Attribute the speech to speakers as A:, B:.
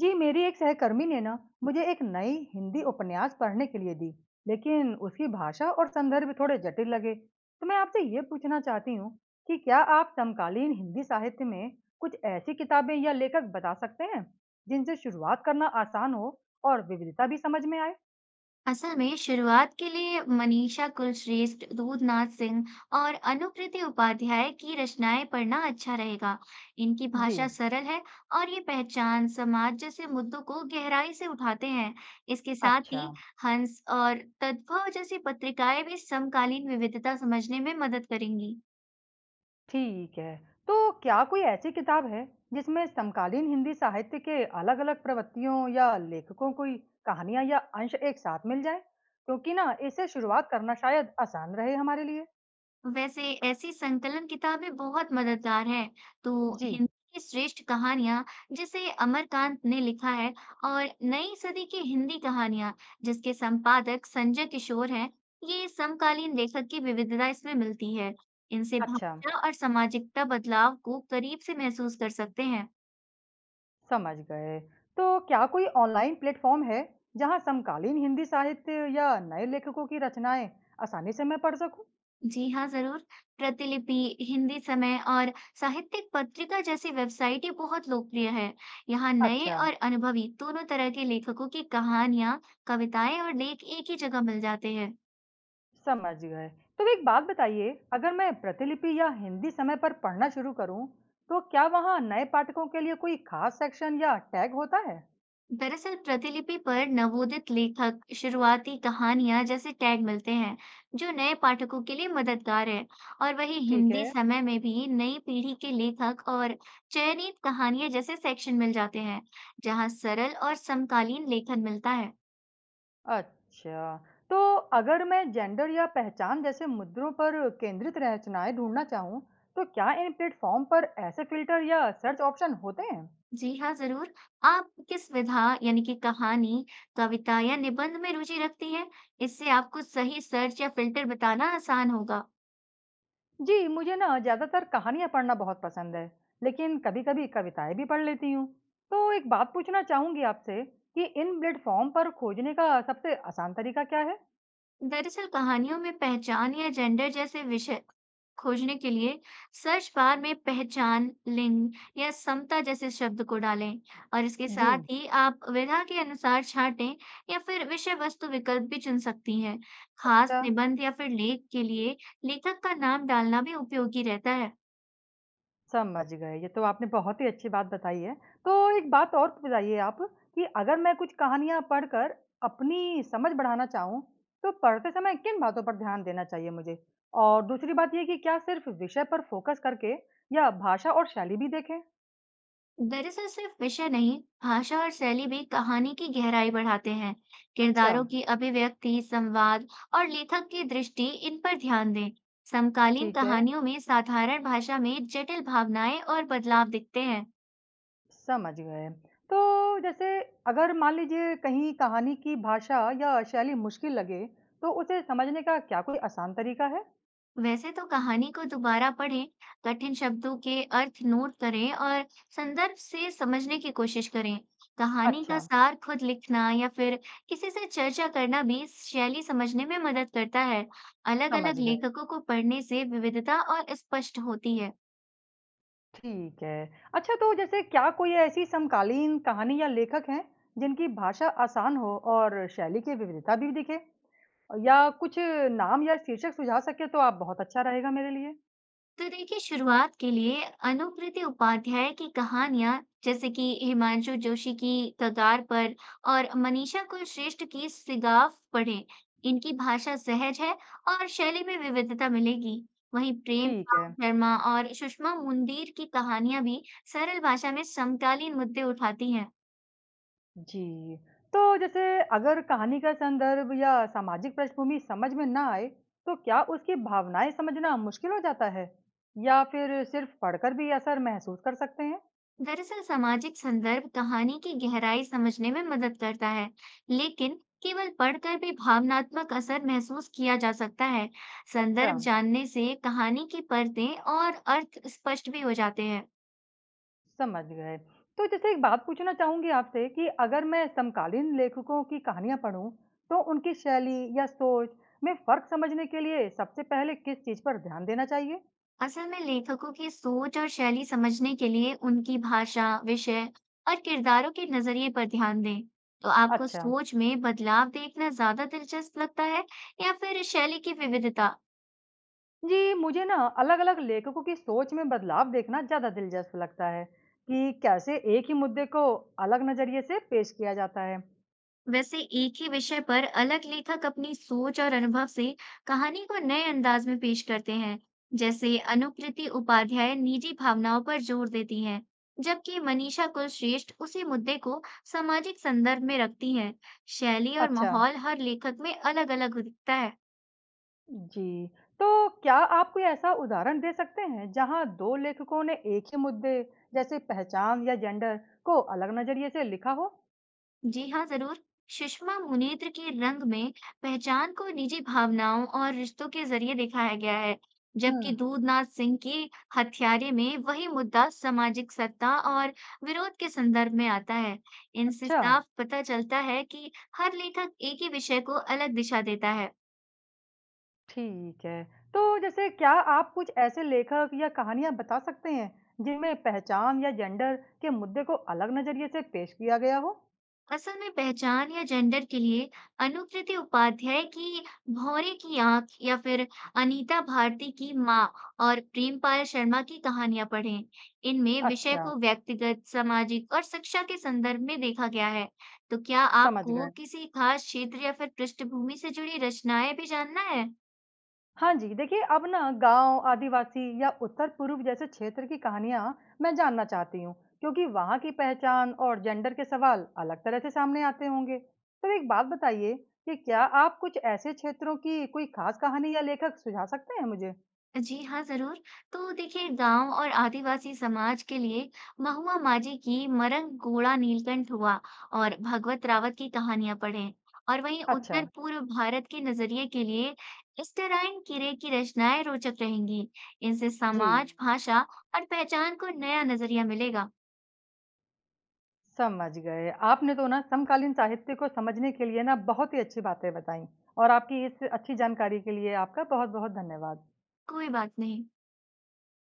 A: जी, मेरी एक सहकर्मी ने ना मुझे एक नई हिंदी उपन्यास पढ़ने के लिए दी, लेकिन उसकी भाषा और संदर्भ थोड़े जटिल लगे। तो मैं आपसे ये पूछना चाहती हूँ कि क्या आप समकालीन हिंदी साहित्य में कुछ ऐसी किताबें या लेखक बता सकते हैं जिनसे शुरुआत करना आसान हो और विविधता भी समझ में आए?
B: असल में शुरुआत के लिए मनीषा कुलश्रेष्ठ, दूधनाथ सिंह और अनुकृति उपाध्याय की रचनाएं पढ़ना अच्छा रहेगा। इनकी
A: जी,
B: भाषा सरल है और ये पहचान समाज जैसे मुद्दों को गहराई से उठाते हैं। इसके साथ
A: अच्छा।
B: ही हंस और तद्भव जैसी पत्रिकाएं भी समकालीन विविधता समझने में मदद करेंगी।
A: ठीक है। तो क्या कोई ऐसी किताब है जिसमें समकालीन हिंदी साहित्य के अलग-अलग प्रवृत्तियों या लेखकों की कहानियाँ या अंश एक साथ मिल जाएँ? क्योंकि ना इससे शुरुआत करना शायद आसान रहे हमारे लिए।
B: वैसे ऐसी संकलन किताबें बहुत मददगार हैं। तो
A: जी,
B: हिंदी की श्रेष्ठ कहानियां जिसे अमरकांत ने लिखा है और नई सदी की हिंदी कहानियां जिसके संपादक संजय किशोर हैं, ये समकालीन लेखक की विविधता इसमें मिलती है। इनसे
A: अच्छा,
B: भाषा और सामाजिकता बदलाव को करीब से महसूस कर सकते हैं।
A: समझ गए। तो क्या कोई ऑनलाइन प्लेटफ़ॉर्म है जहाँ समकालीन हिंदी साहित्य या नए लेखकों की रचनाएँ आसानी से मैं पढ़ सकूँ?
B: जी हाँ, ज़रूर। प्रतिलिपि, हिंदी समय और साहित्यिक पत्रिका जैसी वेबसाइट ये बहुत लोकप्रिय है। यहाँ नए
A: अच्छा।
B: और अनुभवी दोनों तरह के लेखकों की कहानियाँ, कविताएं और लेख एक ही जगह मिल जाते हैं।
A: समझ गए। तो एक बात बताइए, अगर मैं प्रतिलिपि या हिंदी समय पर पढ़ना शुरू करूँ, तो क्या वहाँ नए पाठकों के लिए कोई खास सेक्शन या टैग होता है?
B: दरअसल प्रतिलिपि पर नवोदित लेखक, शुरुआती कहानियाँ जैसे टैग मिलते हैं, जो नए पाठकों के लिए मददगार है। और वही
A: ठीक
B: हिंदी
A: है।
B: समय में भी नई पीढ़ी के लेखक और चयनित कहानियाँ जैसे सेक्शन मिल जाते हैं, जहाँ सरल और समकालीन लेखन मिलता है।
A: अच्छा, तो अगर मैं जेंडर या पहचान जैसे मुद्दों पर केंद्रित रचनाएँ ढूँढना चाहूँ, तो क्या इन प्लेटफ़ॉर्म पर ऐसे फ़िल्टर या सर्च ऑप्शन होते हैं?
B: जी हाँ, ज़रूर। आप किस विधा यानी कि कहानी, कविता या निबंध में रुचि रखती हैं? इससे आपको सही सर्च या फ़िल्टर बताना आसान होगा।
A: जी, मुझे ना ज़्यादातर कहानियाँ पढ़ना बहुत पसंद है, लेकिन कभी-कभी कविताएँ भी पढ़ लेती हूँ। तो एक बात पूछना चाहूँगी आपसे कि इन प्लेटफ़ॉर्म पर खोजने का सबसे आसान तरीका क्या है?
B: दरअसल कहानियों में पहचान या जेंडर जैसे विषय खोजने के लिए सर्च बार में पहचान, लिंग या समता जैसे शब्द को डालें और इसके
A: जी,
B: साथ ही आप विधा के अनुसार छाटें या फिर विषय वस्तु विकल्प भी चुन सकती हैं। खास
A: अच्छा,
B: निबंध या फिर लेख के लिए लेखक का नाम डालना भी उपयोगी रहता है।
A: समझ गए। ये तो आपने बहुत ही अच्छी बात बताई है। तो एक बात और बताइए आप कि अगर मैं कुछ कहानियाँ पढ़कर अपनी समझ बढ़ाना चाहूँ, तो पढ़ते समय किन बातों पर ध्यान देना चाहिए मुझे? और दूसरी बात ये कि क्या सिर्फ़ विषय पर फ़ोकस करके या भाषा और शैली भी देखें?
B: दरअसल सिर्फ विषय नहीं, भाषा और शैली भी कहानी की गहराई बढ़ाते हैं।
A: अच्छा।
B: किरदारों की अभिव्यक्ति, संवाद और लेखक की दृष्टि इन पर ध्यान दें। समकालीन
A: ठीक है,
B: कहानियों में साधारण भाषा में जटिल भावनाएं और बदलाव दिखते हैं।
A: समझ गए। तो जैसे अगर मान लीजिए कहीं कहानी की भाषा या शैली मुश्किल लगे, तो उसे समझने का क्या कोई आसान तरीका है?
B: वैसे तो कहानी को दोबारा पढ़ें, कठिन शब्दों के अर्थ नोट करें और संदर्भ से समझने की कोशिश करें। कहानी का
A: अच्छा,
B: सार खुद लिखना या फिर किसी से चर्चा करना भी शैली समझने में मदद करता है।
A: समझ
B: अलग-अलग
A: गए।
B: लेखकों को पढ़ने से विविधता और स्पष्ट होती है।
A: ठीक है। अच्छा तो जैसे क्या कोई ऐसी समकालीन कहानी या लेखक हैं, जिनकी भाषा आसान हो और शैली की विविधता भी दिखे? या कुछ नाम या शीर्षक सुझा सके तो आप बहुत अच्छा रहेगा मेरे लिए।
B: तो देखिए शुरुआत के लिए अनुकृति उपाध्याय की कहानियां जैसे कि हिमांशु जोशी की कगार पर और मनीषा कुलश्रेष्ठ की सिगाफ पढ़ें। इनकी भाषा सहज है और शैली में विविधता मिलेगी। वहीं प्रेम
A: ठीक है।
B: राम शर्मा और सुषमा मुंदीर की कहानियां भी सरल भाषा में समकालीन मुद्दे उठाती हैं।
A: जी। तो जैसे अगर कहानी का संदर्भ या सामाजिक पृष्ठभूमि समझ में ना आए, तो क्या उसकी भावनाएँ समझना मुश्किल हो जाता है? या फिर सिर्फ़ पढ़कर भी असर महसूस कर सकते हैं?
B: दरअसल सामाजिक संदर्भ कहानी की गहराई समझने में मदद करता है, लेकिन केवल पढ़कर भी भावनात्मक असर महसूस किया जा सकता है।
A: अच्छा,
B: संदर्भ जानने से कहानी की परतें और अर्थ स्पष्ट भी हो जाते हैं।
A: समझ गए। तो जैसे एक बात पूछना चाहूँगी आपसे कि अगर मैं समकालीन लेखकों की कहानियाँ पढूँ, तो उनकी शैली या सोच में फ़र्क समझने के लिए सबसे पहले किस चीज़ पर ध्यान देना चाहिए?
B: असल में लेखकों की सोच और शैली समझने के लिए उनकी भाषा, विषय और किरदारों के नजरिए पर ध्यान दें। तो आपको
A: अच्छा।
B: सोच में बदलाव देखना ज्यादा दिलचस्प लगता है या फिर शैली की विविधता?
A: जी, मुझे ना अलग-अलग लेखकों की सोच में बदलाव देखना ज़्यादा दिलचस्प लगता है कि कैसे एक ही मुद्दे को अलग नज़रिए से पेश किया जाता है।
B: वैसे एक ही विषय पर अलग लेखक अपनी सोच और अनुभव से कहानी को नए अंदाज में पेश करते हैं। जैसे अनुकृति उपाध्याय निजी भावनाओं पर जोर देती हैं, जबकि मनीषा कुलश्रेष्ठ उसी मुद्दे को सामाजिक संदर्भ में रखती हैं। शैली और
A: अच्छा,
B: माहौल हर लेखक में अलग-अलग दिखता है।
A: जी। तो क्या आप कोई ऐसा उदाहरण दे सकते हैं जहाँ 2 लेखकों ने एक ही मुद्दे जैसे पहचान या जेंडर को अलग नज़रिए से लिखा हो?
B: जी हाँ, जरूर। सुषमा मुनेत्र के रंग में पहचान को निजी भावनाओं और रिश्तों के जरिए दिखाया गया है,
A: हुँ।
B: जबकि दूधनाथ सिंह की हत्यारे में वही मुद्दा सामाजिक सत्ता और विरोध के संदर्भ में आता है। इनसे
A: अच्छा,
B: साफ पता चलता है कि हर लेखक एक ही विषय को अलग दिशा देता है।
A: ठीक है। तो जैसे क्या आप कुछ ऐसे लेखक या कहानियाँ बता सकते हैं जिनमें पहचान या जेंडर के मुद्दे को अलग नज़रिए से पेश किया गया हो?
B: असल में पहचान या जेंडर के लिए अनुकृति उपाध्याय की भौरे की आंख या फिर अनीता भारती की माँ और प्रेमपाल शर्मा की कहानियां पढ़ें। इनमें विषय
A: अच्छा,
B: को व्यक्तिगत, सामाजिक और शिक्षा के संदर्भ में देखा गया है। तो क्या
A: समझ
B: आपको
A: गए।
B: किसी खास क्षेत्र या फिर पृष्ठभूमि से जुड़ी रचनाएं भी जानना है?
A: हाँ जी, देखिए अब ना गाँव, आदिवासी या उत्तर-पूर्व जैसे क्षेत्र की कहानियाँ मैं जानना चाहती हूँ, क्योंकि वहाँ की पहचान और जेंडर के सवाल अलग तरह से सामने आते होंगे। तो एक बात बताइए कि क्या आप कुछ ऐसे क्षेत्रों की कोई खास कहानी या लेखक सुझा सकते हैं मुझे?
B: जी हाँ, ज़रूर। तो देखिए गाँव और आदिवासी समाज के लिए महुआ माझी की मरंग गोड़ा नीलकंठ हुआ और भागवत रावत की कहानियाँ पढ़ें। और वहीं
A: अच्छा,
B: उत्तर पूर्व भारत के नज़रिए के लिए एस्टराइन कीरे की रचनाएं रोचक रहेंगी। इनसे
A: जी,
B: समाज, भाषा और पहचान को नया नज़रिया मिलेगा।
A: समझ गए। आपने तो ना समकालीन साहित्य को समझने के लिए ना बहुत ही अच्छी बातें बताई और आपकी इस अच्छी जानकारी के लिए आपका बहुत-बहुत धन्यवाद।
B: कोई बात नहीं।